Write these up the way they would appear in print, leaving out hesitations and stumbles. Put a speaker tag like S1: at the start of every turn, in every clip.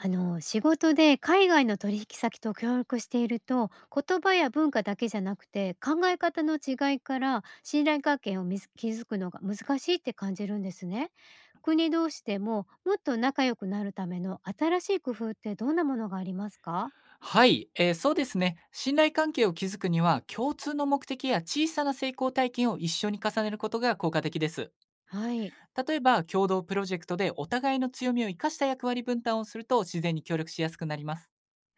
S1: 仕事で海外の取引先と協力していると、言葉や文化だけじゃなくて考え方の違いから信頼関係を見つ築くのが難しいって感じるんですね。国同士でももっと仲良くなるための新しい工夫ってどんなものがありますか？
S2: はい、そうですね。信頼関係を築くには、共通の目的や小さな成功体験を一緒に重ねることが効果的です。
S1: はい、
S2: 例えば、共同プロジェクトでお互いの強みを生かした役割分担をすると自然に協力しやすくなります。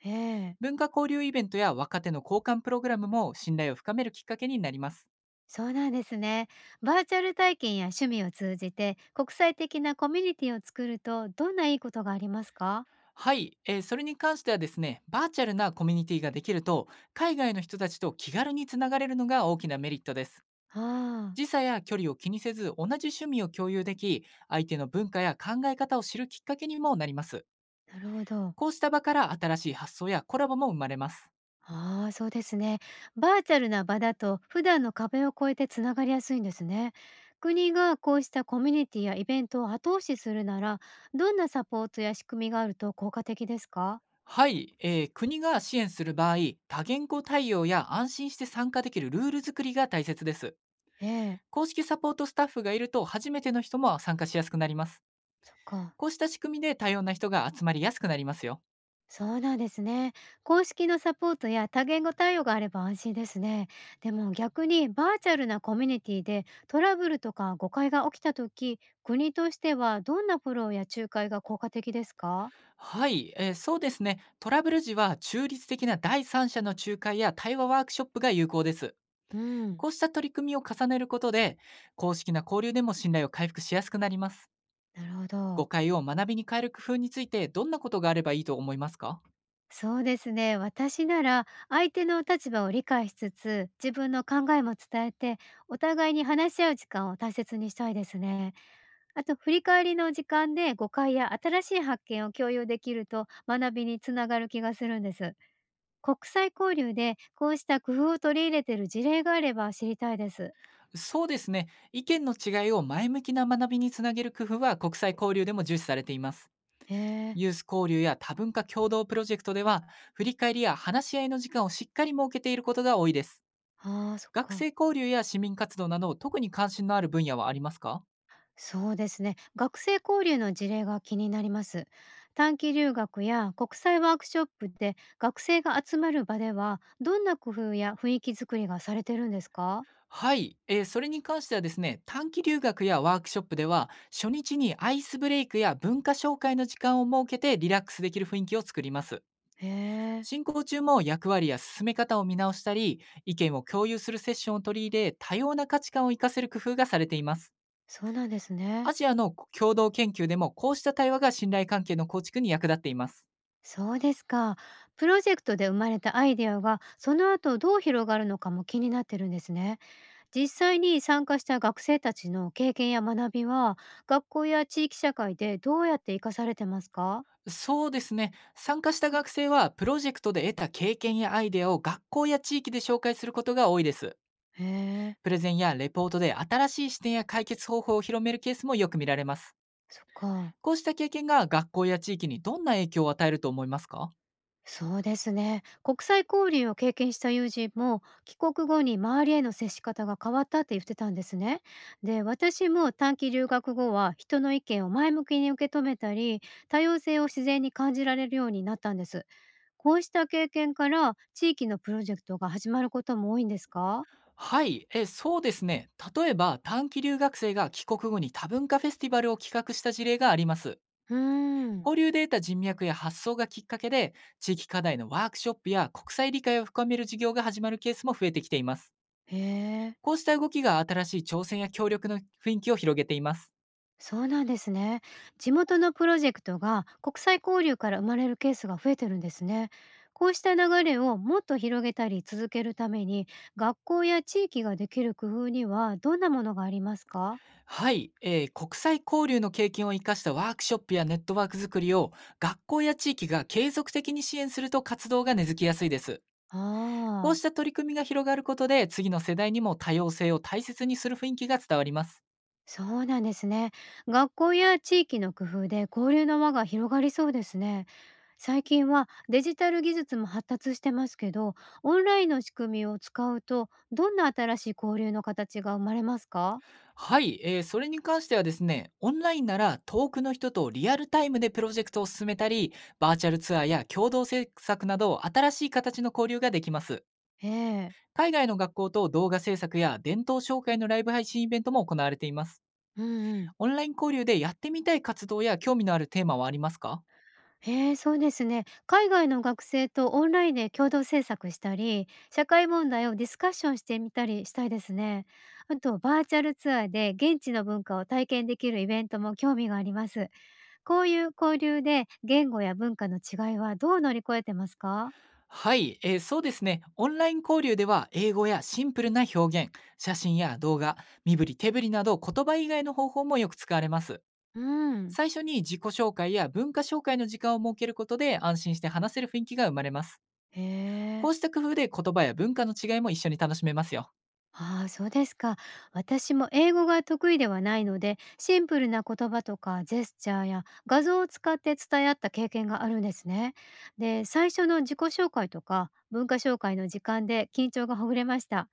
S1: ええ、
S2: 文化交流イベントや若手の交換プログラムも信頼を深めるきっかけになります。
S1: そうなんですね。バーチャル体験や趣味を通じて国際的なコミュニティを作るとどんないいことがありますか？
S2: はい、それに関してはですね、バーチャルなコミュニティができると、海外の人たちと気軽につながれるのが大きなメリットです。
S1: ああ、
S2: 時差や距離を気にせず、同じ趣味を共有でき、相手の文化や考え方を知るきっかけにもなります。
S1: なるほど。
S2: こうした場から新しい発想やコラボも生まれます。
S1: ああ、そうですね。バーチャルな場だと普段の壁を越えてつながりやすいんですね。国がこうしたコミュニティやイベントを後押しするなら、どんなサポートや仕組みがあると効果的ですか？
S2: はい、国が支援する場合、多言語対応や安心して参加できるルール作りが大切です。
S1: ええ、
S2: 公式サポートスタッフがいると、初めての人も参加しやすくなります。
S1: そっか。
S2: こうした仕組みで多様な人が集まりやすくなりますよ。
S1: そうなんですね。公式のサポートや多言語対応があれば安心ですね。でも逆にバーチャルなコミュニティでトラブルとか誤解が起きた時、国としてはどんなフォローや仲介が効果的ですか？
S2: はい、そうですね。トラブル時は中立的な第三者の仲介や対話ワークショップが有効です。
S1: うん、
S2: こうした取り組みを重ねることで、公式な交流でも信頼を回復しやすくなります。
S1: なるほ
S2: 誤
S1: ど。
S2: 解を学びに変える工夫について、どんなことがあればいいと思いますか？
S1: そうですね。私なら相手の立場を理解しつつ、自分の考えも伝えて、お互いに話し合う時間を大切にしたいですね。あと、振り返りの時間で誤解や新しい発見を共有できると学びにつながる気がするんです。国際交流でこうした工夫を取り入れている事例があれば知りたいです。
S2: そうですね。意見の違いを前向きな学びにつなげる工夫は、国際交流でも重視されています。
S1: へえ。
S2: ユース交流や多文化共同プロジェクトでは、振り返りや話し合いの時間をしっかり設けていることが多いです。
S1: ああ、そっ
S2: 学
S1: か。
S2: 生交流や市民活動など、特に関心のある分野はありますか？
S1: そうですね。学生交流の事例が気になります。短期留学や国際ワークショップで学生が集まる場では、どんな工夫や雰囲気作りがされてるんですか？
S2: はい、それに関してはですね、短期留学やワークショップでは、初日にアイスブレイクや文化紹介の時間を設けて、リラックスできる雰囲気を作ります。
S1: へえ、
S2: 進行中も役割や進め方を見直したり、意見を共有するセッションを取り入れ、多様な価値観を活かせる工夫がされています。
S1: そうなんです
S2: ア
S1: ね。
S2: ジアの共同研究でも、こうした対話が信頼関係の構築に役立っています。
S1: そうですか。プロジェクトで生まれたアイデアが、その後どう広がるのかも気になってるんですね。実際に参加した学生たちの経験や学びは、学校や地域社会でどうやって活かされてますか？
S2: そうですね。参加した学生はプロジェクトで得た経験やアイデアを学校や地域で紹介することが多いです。
S1: へえ、
S2: プレゼンやレポートで新しい視点や解決方法を広めるケースもよく見られます。
S1: そっか。
S2: こうした経験が学校や地域にどんな影響を与えると思いますか？
S1: そうですね。国際交流を経験した友人も帰国後に周りへの接し方が変わったって言ってたんですね。で、私も短期留学後は人の意見を前向きに受け止めたり、多様性を自然に感じられるようになったんです。こうした経験から地域のプロジェクトが始まることも多いんですか？
S2: はい、そうですね。例えば短期留学生が帰国後に多文化フェスティバルを企画した事例があります。
S1: うーん。
S2: 交流で得た人脈や発想がきっかけで、地域課題のワークショップや国際理解を深める授業が始まるケースも増えてきています。
S1: へえ。
S2: こうした動きが新しい挑戦や協力の雰囲気を広げています。
S1: そうなんですね。地元のプロジェクトが国際交流から生まれるケースが増えてるんですね。こうした流れをもっと広げたり続けるために、学校や地域ができる工夫にはどんなものがありますか？
S2: はい、国際交流の経験を生かしたワークショップやネットワーク作りを、学校や地域が継続的に支援すると、活動が根付きやすいです。こう
S1: あ
S2: し
S1: あ、
S2: た取り組みが広がることで、次の世代にも多様性を大切にする雰囲気が伝わります。
S1: そうなんですね。学校や地域の工夫で交流の輪が広がりそうですね。最近はデジタル技術も発達してますけど、オンラインの仕組みを使うとどんな新しい交流の形が生まれますか？
S2: はい、それに関してはですね、オンラインなら遠くの人とリアルタイムでプロジェクトを進めたり、バーチャルツアーや共同制作など、新しい形の交流ができます。
S1: ええ、
S2: 海外の学校と動画制作や伝統紹介のライブ配信イベントも行われています。
S1: うん、うん。
S2: オンライン交流でやってみたい活動や興味のあるテーマはありますか？
S1: へえ、そうですね。海外の学生とオンラインで共同制作したり、社会問題をディスカッションしてみたりしたいですね。あと、バーチャルツアーで現地の文化を体験できるイベントも興味があります。こういう交流で言語や文化の違いはどう乗り越えてますか？
S2: はい、そうですね。オンライン交流では、英語やシンプルな表現、写真や動画、身振り手振りなど、言葉以外の方法もよく使われます。
S1: うん。
S2: 最初に自己紹介や文化紹介の時間を設けることで、安心して話せる雰囲気が生まれます。
S1: へ
S2: こ
S1: え。
S2: うした工夫で言葉や文化の違いも一緒に楽しめますよ。
S1: ああ、そうですか。私も英語が得意ではないので、シンプルな言葉とかジェスチャーや画像を使って伝え合った経験があるんですね。で、最初の自己紹介とか文化紹介の時間で緊張がほぐれました。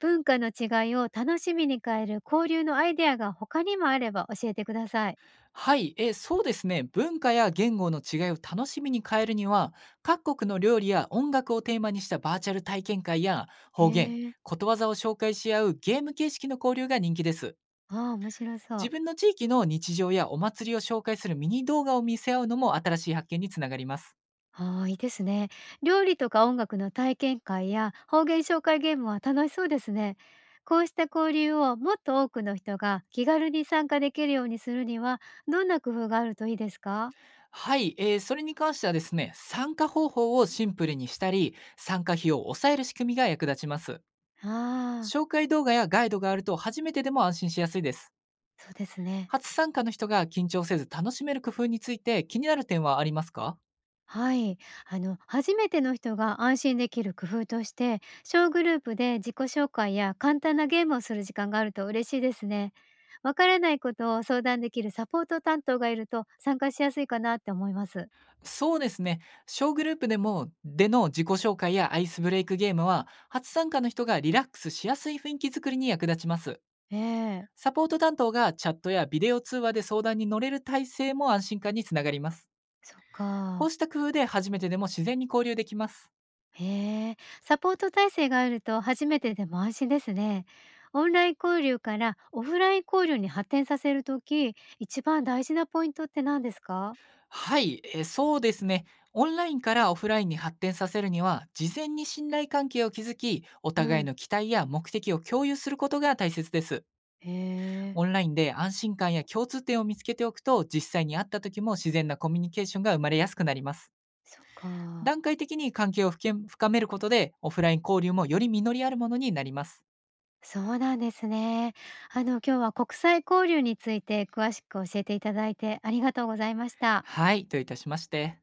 S1: 文化の違いを楽しみに変える交流のアイデアが他にもあれば教えてください。
S2: はい、そうですね。文化や言語の違いを楽しみに変えるには、各国の料理や音楽をテーマにしたバーチャル体験会や、
S1: へ
S2: 方言、
S1: え、
S2: ことわざを紹介し合うゲーム形式の交流が人気です。
S1: ああ、面白そ
S2: 自
S1: う。
S2: 分の地域の日常やお祭りを紹介するミニ動画を見せ合うのも、新しい発見につながります。
S1: ああ、いいですね。料理とか音楽の体験会や方言紹介ゲームは楽しそうですね。こうした交流をもっと多くの人が気軽に参加できるようにするには、どんな工夫があるといいですか？
S2: はい、それに関してはですね、参加方法をシンプルにしたり、参加費を抑える仕組みが役立ちます。
S1: ああ、
S2: 紹介動画やガイドがあると、初めてでも安心しやすいです。
S1: そうですね。
S2: 初参加の人が緊張せず楽しめる工夫について、気になる点はありますか？
S1: はい。初めての人が安心できる工夫として、小グループで自己紹介や簡単なゲームをする時間があると嬉しいですね。わからないことを相談できるサポート担当がいると参加しやすいかなって思います。
S2: そうですね。小グループでの自己紹介やアイスブレイクゲームは、初参加の人がリラックスしやすい雰囲気作りに役立ちます。
S1: ええ、
S2: サポート担当がチャットやビデオ通話で相談に乗れる体制も、安心感につながります。
S1: そっ
S2: こう
S1: か。
S2: した工夫で初めてでも自然に交流できます。
S1: へえ。サポート体制があると初めてでも安心ですね。オンライン交流からオフライン交流に発展させるとき、一番大事なポイントって何ですか？
S2: はい、そうですね。オンラインからオフラインに発展させるには、事前に信頼関係を築き、お
S1: う
S2: 互い
S1: ん。
S2: の期待や目的を共有することが大切です。
S1: へえ。
S2: オンラインで安心感や共通点を見つけておくと、実際に会った時も自然なコミュニケーションが生まれやすくなります。
S1: そっか。
S2: 段階的に関係を深めることで、オフライン交流もより実りあるものになります。
S1: そうなんですね。あの、今日は国際交流について詳しく教えていただいてありがとうございました。
S2: はい、といたしまして。